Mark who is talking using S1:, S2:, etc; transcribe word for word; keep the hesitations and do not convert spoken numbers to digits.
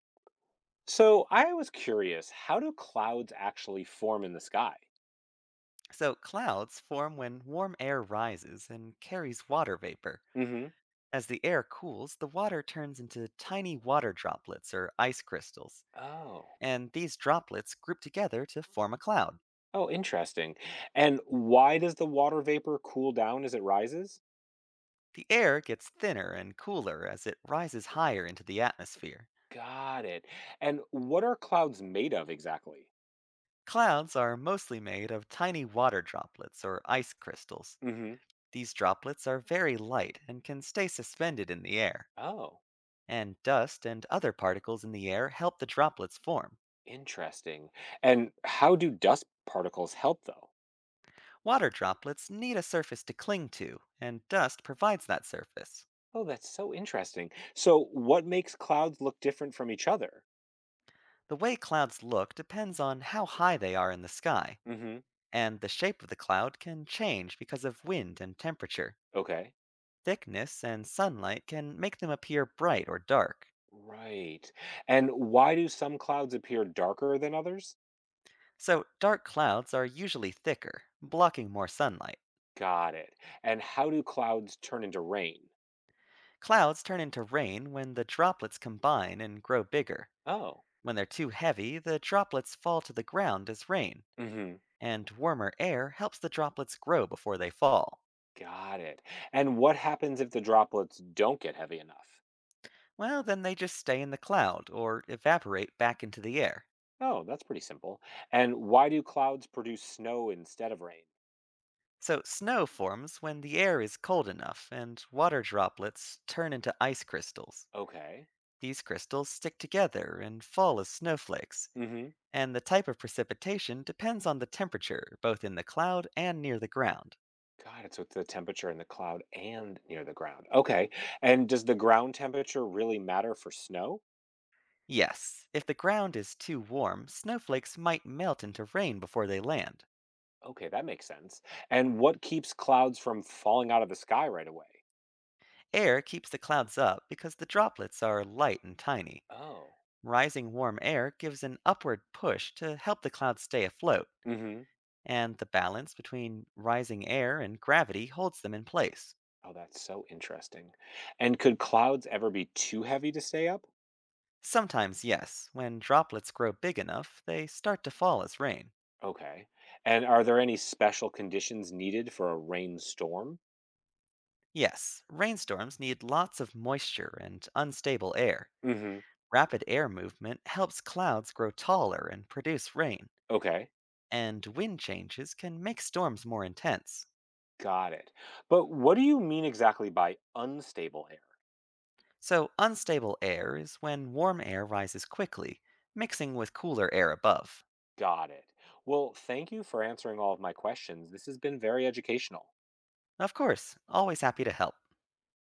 S1: So I was curious, how do clouds actually form in the sky?
S2: So, clouds form when warm air rises and carries water vapor.
S1: Hmm.
S2: As the air cools, the water turns into tiny water droplets or ice crystals,
S1: Oh.
S2: and these droplets group together to form a cloud.
S1: Oh, interesting. And why does the water vapor cool down as it rises?
S2: The air gets thinner and cooler as it rises higher into the atmosphere.
S1: Got it. And what are clouds made of exactly?
S2: Clouds are mostly made of tiny water droplets or ice crystals.
S1: Hmm.
S2: These droplets are very light and can stay suspended in the air,
S1: Oh,
S2: and dust and other particles in the air help the droplets form.
S1: interesting. And how do dust particles help though?
S2: Water droplets need a surface to cling to, and dust provides that surface.
S1: Oh, that's so interesting. So what makes clouds look different from each other?
S2: The way clouds look depends on how high they are in the sky,
S1: Hmm.
S2: and the shape of the cloud can change because of wind and temperature.
S1: Okay.
S2: Thickness and sunlight can make them appear bright or dark.
S1: Right. And why do some clouds appear darker than others?
S2: So, dark clouds are usually thicker, blocking more sunlight.
S1: Got it. And how do clouds turn into rain?
S2: Clouds turn into rain when the droplets combine and grow bigger.
S1: Oh.
S2: When they're too heavy, the droplets fall to the ground as rain,
S1: Hmm.
S2: and warmer air helps the droplets grow before they fall.
S1: Got it. And what happens if the droplets don't get heavy enough?
S2: Well, then they just stay in the cloud or evaporate back into the air.
S1: Oh, that's pretty simple. And why do clouds produce snow instead of rain?
S2: So, snow forms when the air is cold enough and water droplets turn into ice crystals.
S1: Okay.
S2: These crystals stick together and fall as snowflakes,
S1: Hmm.
S2: and the type of precipitation depends on the temperature both in the cloud and near the ground.
S1: Got it. So it's the temperature in the cloud and near the ground. Okay. And does the ground temperature really matter for snow?
S2: Yes, if the ground is too warm, snowflakes might melt into rain before they land.
S1: Okay, that makes sense. And what keeps clouds from falling out of the sky right away?
S2: Air keeps the clouds up because the droplets are light and tiny.
S1: Oh.
S2: Rising warm air gives an upward push to help the clouds stay afloat,
S1: Hmm.
S2: and the balance between rising air and gravity holds them in place.
S1: Oh, that's so interesting. And could clouds ever be too heavy to stay up?
S2: Sometimes, yes, when droplets grow big enough, they start to fall as rain.
S1: Okay. And are there any special conditions needed for a rainstorm?
S2: Yes, rainstorms need lots of moisture and unstable air.
S1: Hmm.
S2: Rapid air movement helps clouds grow taller and produce rain,
S1: Okay.
S2: and wind changes can make storms more intense.
S1: Got it. But what do you mean exactly by unstable air?
S2: So, unstable air is when warm air rises quickly, mixing with cooler air above.
S1: Got it. Well, thank you for answering all of my questions. This has been very educational.
S2: Of course, always happy to help.